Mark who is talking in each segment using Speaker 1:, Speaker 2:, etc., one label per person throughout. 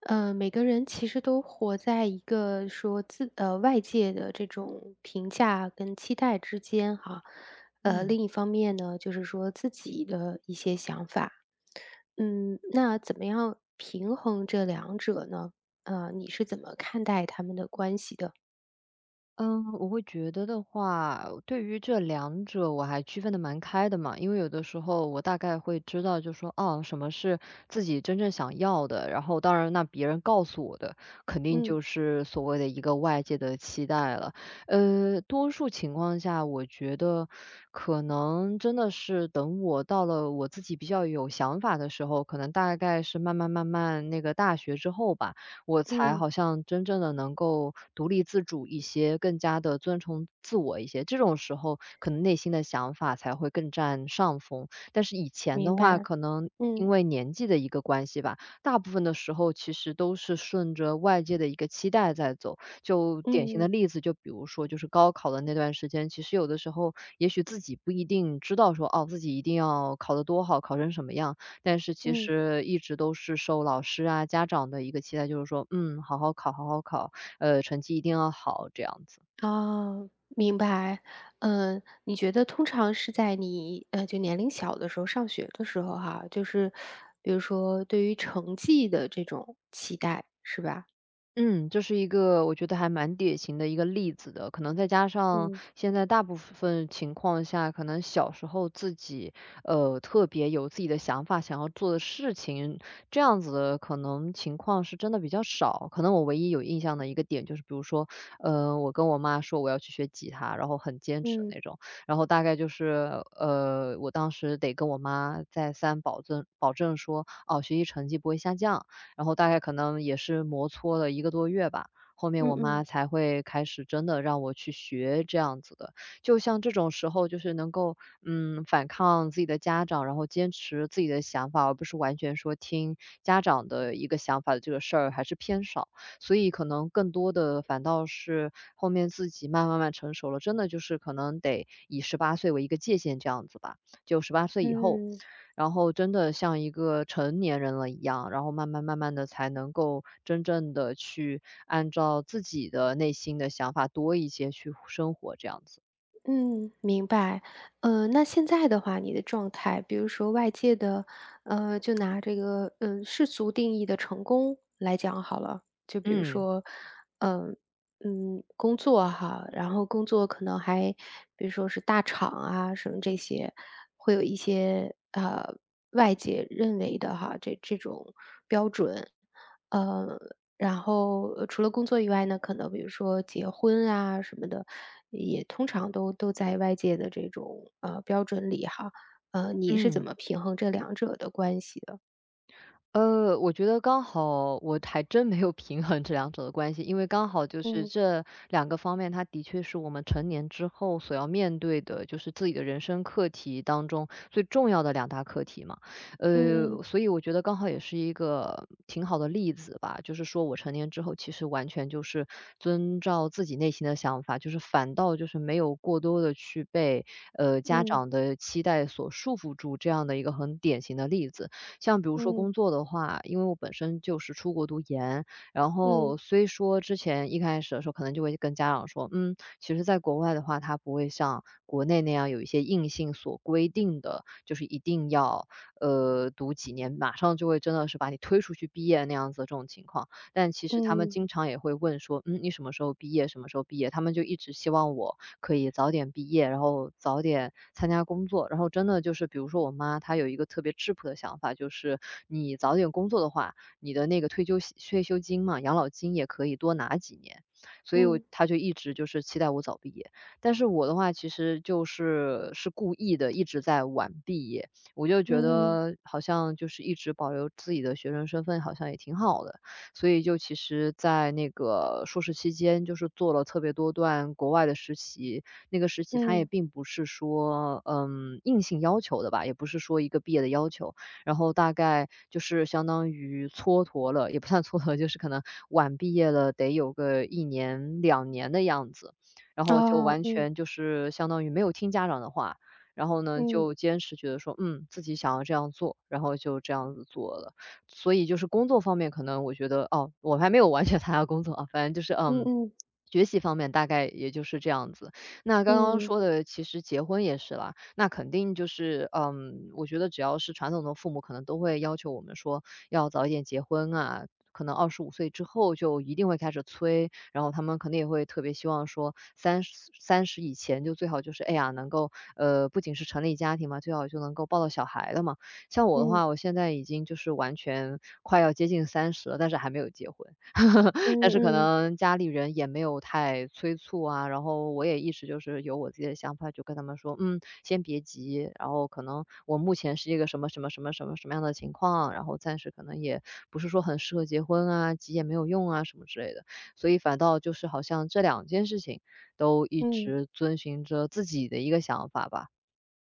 Speaker 1: 每个人其实都活在一个外界的这种评价跟期待之间哈。
Speaker 2: 嗯，
Speaker 1: 另一方面呢，就是说自己的一些想法。嗯，那怎么样平衡这两者呢？你是怎么看待他们的关系的？
Speaker 2: 嗯，我会觉得的话，对于这两者我还区分的蛮开的嘛，因为有的时候我大概会知道，就说哦，什么是自己真正想要的，然后当然那别人告诉我的，肯定
Speaker 1: 嗯。
Speaker 2: 就是所谓的一个外界的期待了。多数情况下，我觉得可能真的是等我到了我自己比较有想法的时候，可能大概是慢慢慢慢那个大学之后吧。我才
Speaker 1: 嗯，
Speaker 2: 好像真正的能够独立自主一些，更加的遵从自我一些。这种时候，可能内心的想法才会更占上风。但是以前
Speaker 1: 明
Speaker 2: 的话，
Speaker 1: 白。
Speaker 2: 可能因
Speaker 1: 嗯。
Speaker 2: 为年纪的一个关系吧，大部分的时候其实都是顺着外界的一个期待在走。就典型
Speaker 1: 嗯
Speaker 2: 的
Speaker 1: 嗯。
Speaker 2: 例子，就比如说就是高考的那段时间，其实有的时候也许自己不一定知道说，哦，自己一定要考得多好，考成什么样。但是其
Speaker 1: 嗯。
Speaker 2: 实一直都是受老师啊、家长的一个期待，就是说，嗯，好好考，好好考，成绩一定要好这样子。
Speaker 1: 哦，明白。嗯，你觉得通常是在你就年龄小的时候，上学的时候哈，就是比如说对于成绩的这种期待，是吧？
Speaker 2: 嗯，这是一个我觉得还蛮典型的一个例子的，可能再加上
Speaker 1: 嗯
Speaker 2: 现在大部分情况下，可能小时候自己特别有自己的想法，想要做的事情，这样子的可能情况是真的比较少。可能我唯一有印象的一个点就是，比如说，我跟我妈说我要去学吉他，然后很坚持的
Speaker 1: 嗯
Speaker 2: 那种，然后大概就是我当时得跟我妈再三保证保证说，哦，学习成绩不会下降。然后大概可能也是磨搓了一个多月吧，后面
Speaker 1: 嗯
Speaker 2: 我妈
Speaker 1: 嗯
Speaker 2: 才会开始真的让我去学这样子的。就像这种时候就是能够，嗯，反抗自己的家长，然后坚持自己的想法，而不是完全说听家长的一个想法的这个事儿还是偏少。所以可能更多的反倒是后面自己慢慢慢成熟了，真的就是可能得以十八岁为一个界限这样子吧，就十八岁以后
Speaker 1: 嗯。
Speaker 2: 然后真的像一个成年人了一样，然后慢慢慢慢的才能够真正的去按照自己的内心的想法多一些去生活这样子。
Speaker 1: 嗯，明白。那现在的话，你的状态，比如说外界的，就拿这个，嗯，世俗定义的成功来讲好了，就比如
Speaker 2: 嗯。
Speaker 1: 说，嗯、嗯，工作哈，然后工作可能还，比如说是大厂啊什么这些，会有一些外界认为的哈，这种标准，呃然后，除了工作以外呢，可能比如说结婚啊什么的，也通常都在外界的这种，呃，标准里哈。你是怎
Speaker 2: 嗯。
Speaker 1: 么平衡这两者的关系的？
Speaker 2: 我觉得刚好我还真没有平衡这两者的关系，因为刚好就是
Speaker 1: 嗯
Speaker 2: 这两个方面，它的确是我们成年之后所要面对的，就是自己的人生课题当中最重要的两大课题嘛。
Speaker 1: 嗯
Speaker 2: 所以我觉得刚好也是一个挺好的例子吧，就是说我成年之后，其实完全就是遵照自己内心的想法，就是反倒就是没有过多的去被家
Speaker 1: 嗯
Speaker 2: 长的期待所束缚住，这样的一个很典型的例子。像比如说
Speaker 1: 嗯
Speaker 2: 工作的话，因为我本身就是出国读研，然后
Speaker 1: 嗯
Speaker 2: 虽说之前一开始的时候可能就会跟家长说，嗯，其实在国外的话，他不会像国内那样有一些硬性所规定的，就是一定要读几年，马上就会真的是把你推出去毕业那样子的这种情况。但其实他们
Speaker 1: 嗯
Speaker 2: 经常也会问说，嗯，你什么时候毕业？什么时候毕业？他们就一直希望我可以早点毕业，然后早点参加工作。然后真的就是比如说我妈她有一个特别质朴的想法，就是你早点工作的话，你的那个退休金嘛，养老金也可以多拿几年。所以我
Speaker 1: 嗯
Speaker 2: 她就一直就是期待我早毕业。但是我的话其实就是故意的，一直在晚毕业。我就觉
Speaker 1: 嗯嗯
Speaker 2: 得好像就是一直保留自己的学生身份，好像也挺好的。所以就其实在那个硕士期间，就是做了特别多段国外的实习。那个实习它也
Speaker 1: 嗯，
Speaker 2: 并不是说，嗯，硬性要求的吧，也不是说一个毕业的要求。然后大概就是相当于蹉跎了，也不算蹉跎，就是可能晚毕业了得有个1年、2年的样子。然后就
Speaker 1: 哦，
Speaker 2: 完
Speaker 1: 嗯
Speaker 2: 全就是相当于没有听家长的话，然后呢，
Speaker 1: 嗯
Speaker 2: 就坚持觉得说，嗯，自己想要这样做，然后就这样子做了。所以就是工作方面可能我觉得哦，我还没有完全参加工作啊，反正就是，嗯，
Speaker 1: 嗯
Speaker 2: 学习方面大概也就是这样子。那刚刚
Speaker 1: 嗯
Speaker 2: 说的其实结婚也是啦，那肯定就是，嗯，我觉得只要是传统的父母可能都会要求我们说要早一点结婚啊，可能25岁之后就一定会开始催，然后他们肯定也会特别希望说三0 30以前就最好就是，哎呀，能够，不仅是成立家庭嘛，最好就能够抱到小孩了嘛。像我的
Speaker 1: 嗯
Speaker 2: 话，我现在已经就是完全快要接近30了，但是还没有结婚。但
Speaker 1: 嗯
Speaker 2: 是可
Speaker 1: 嗯嗯
Speaker 2: 能家里人也没有太催促啊，然后我也一直就是有我自己的想法，就跟他们说："嗯，先别急，然后可能我目前是一个什么什么什么什么什么样的情况，然后暂时可能也不是说很适合结婚啊，急也没有用啊，什么之类的。"所以反倒就是好像这两件事情都一
Speaker 1: 嗯。
Speaker 2: 直遵循着自己的一个想法吧。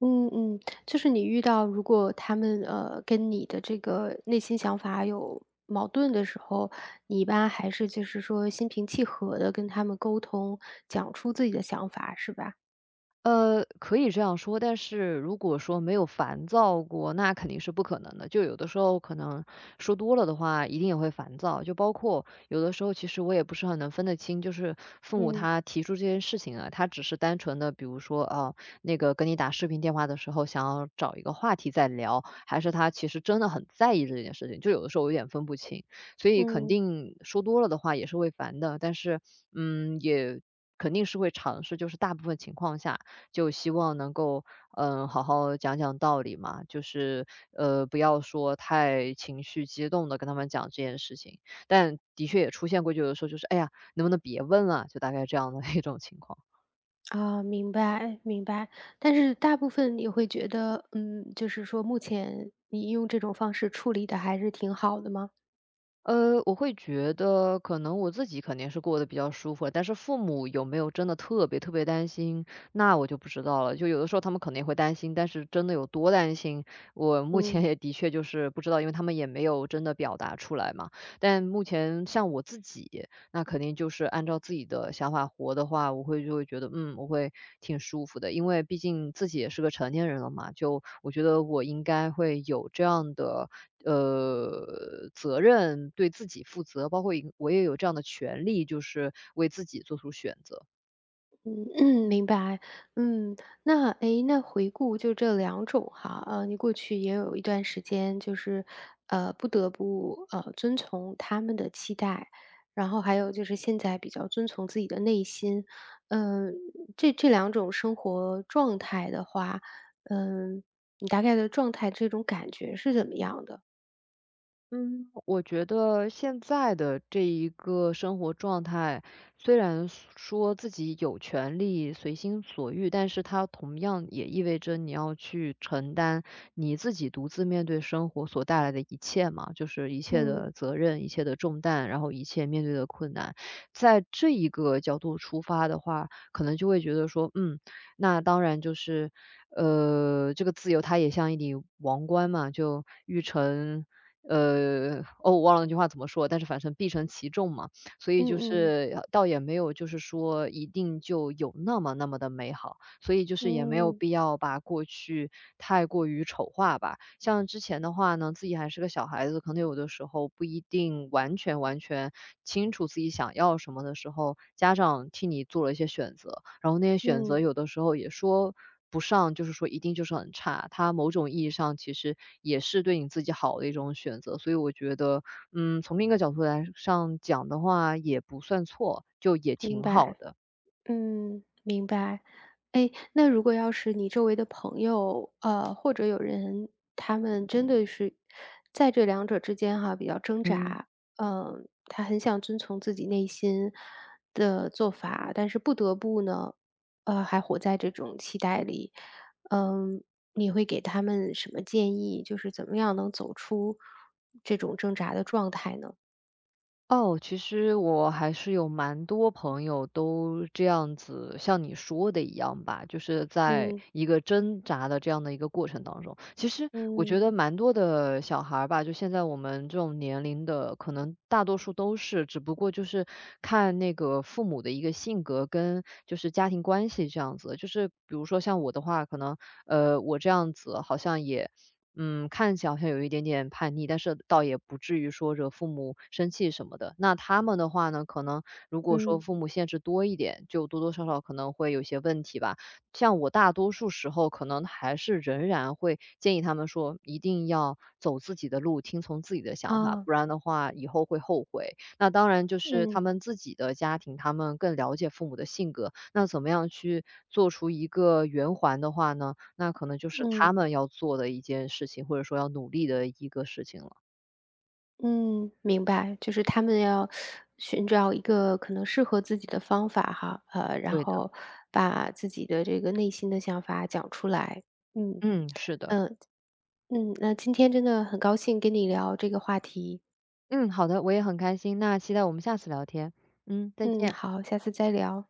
Speaker 1: 嗯嗯，就是你遇到如果他们，跟你的这个内心想法有矛盾的时候，你一般还是就是说心平气和的跟他们沟通，讲出自己的想法是吧？
Speaker 2: 可以这样说，但是如果说没有烦躁过，那肯定是不可能的。就有的时候可能说多了的话，一定也会烦躁。就包括有的时候，其实我也不是很能分得清，就是父母
Speaker 1: 嗯。
Speaker 2: 他提出这件事情啊，他只是单纯的，比如说啊，那个跟你打视频电话的时候，想要找一个话题再聊，还是他其实真的很在意这件事情。就有的时候我有点分不清，所以肯
Speaker 1: 嗯。
Speaker 2: 定说多了的话也是会烦的。但是，嗯，也肯定是会尝试，就是大部分情况下。就希望能够，嗯，好好讲讲道理嘛，就是，不要说太情绪激动的跟他们讲这件事情。但的确也出现过，就有的时候就是，哎呀，能不能别问了，就大概这样的 一种情况。
Speaker 1: 啊，明白明白。但是大部分你会觉得，嗯，就是说目前你用这种方式处理的还是挺好的吗？
Speaker 2: 我会觉得可能我自己肯定是过得比较舒服了，但是父母有没有真的特别特别担心，那我就不知道了。就有的时候他们可能也会担心，但是真的有多担心，我目前
Speaker 1: 嗯。
Speaker 2: 也的确就是不知道，因为他们也没有真的表达出来嘛。但目前像我自己。那肯定就是按照自己的想法活的话，我会就会觉得，嗯，我会挺舒服的。因为毕竟自己也是个成年人了嘛，就我觉得我应该会有这样的责任，对自己负责，包括一个我也有这样的权利，就是为自己做出选择。
Speaker 1: 嗯嗯，明白。嗯，那诶，那回顾就这两种哈，你过去也有一段时间就是，不得不，遵从他们的期待，然后还有就是现在比较遵从自己的内心。嗯，这这两种生活状态的话，嗯，你大概的状态这种感觉是怎么样的？
Speaker 2: 嗯，我觉得现在的这一个生活状态，虽然说自己有权利随心所欲，但是它同样也意味着你要去承担你自己独自面对生活所带来的一切嘛，就是一切
Speaker 1: 嗯，
Speaker 2: 的责任、一切的重担，然后一切面对的困难。在这一个角度出发的话，可能就会觉得说，嗯。那当然就是，这个自由它也像一顶王冠嘛，就欲成哦，我忘了那句话怎么说，但是反正必承其重嘛。所以
Speaker 1: 嗯
Speaker 2: 就
Speaker 1: 嗯，
Speaker 2: 是，倒也没有就是说一定就有那么那么的美好。所以就是也没有
Speaker 1: 嗯，
Speaker 2: 必要把过去太过于丑化吧。像之前的话呢，自己还是个小孩子，可能有的时候不一定完全完全清楚自己想要什么的时候，家长替你做了一些选择，然后那些选择
Speaker 1: 嗯，
Speaker 2: 有的时候也说不上，就是说一定就是很差。它某种意义上其实也是对你自己好的一种选择，所以我觉得，嗯，从另一个角度来上讲的话，也不算错，就也
Speaker 1: 明
Speaker 2: 挺好
Speaker 1: 白，
Speaker 2: 的。
Speaker 1: 嗯，明白。哎，那如果要是你周围的朋友，或者有人，他们真的是在这两者之间哈，比较挣
Speaker 2: 嗯。
Speaker 1: 扎，嗯，他很想遵从自己内心的做法，但是不得不呢，还活在这种期待里，嗯，你会给他们什么建议？就是怎么样能走出这种挣扎的状态呢？
Speaker 2: 哦，其实我还是有蛮多朋友都这样子，像你说的一样吧，就是在
Speaker 1: 嗯
Speaker 2: 一个挣扎的这样的一个过程当中。其实我觉
Speaker 1: 嗯
Speaker 2: 得蛮多的小孩儿吧，就现在我们这种年龄的，可能大多数都是，只不过就是看那个父母的一个性格跟就是家庭关系这样子。就是比如说像我的话，可能我这样子好像也嗯，看起来好像有一点点叛逆，但是倒也不至于说惹父母生气什么的。那他们的话呢，可能如果说
Speaker 1: 嗯，
Speaker 2: 父母限制多一点，就多多少少可能会有些问题吧。像我大多数时候，可能还是仍然会建议他们说，一定要走自己的路，听从自己的想法，
Speaker 1: 啊，
Speaker 2: 不然的话以后会后悔。那当然就是他
Speaker 1: 嗯
Speaker 2: 们自己的家庭，他们更了解父母的性格。那怎么样去做出一个圆环的话呢？那可能就是他
Speaker 1: 嗯。
Speaker 2: 们要做的一件事情，或者说要努力的一个事情了。
Speaker 1: 嗯，明白，就是他们要寻找一个可能适合自己的方法哈，然
Speaker 2: 对的，
Speaker 1: 后把自己的这个内心的想法讲出来。嗯，
Speaker 2: 嗯，是的，
Speaker 1: 嗯嗯，那今天真的很高兴跟你聊这个话题。
Speaker 2: 嗯，好的，我也很开心，那期待我们下次聊天，嗯，再
Speaker 1: 嗯，
Speaker 2: 见。
Speaker 1: 好，下次再聊。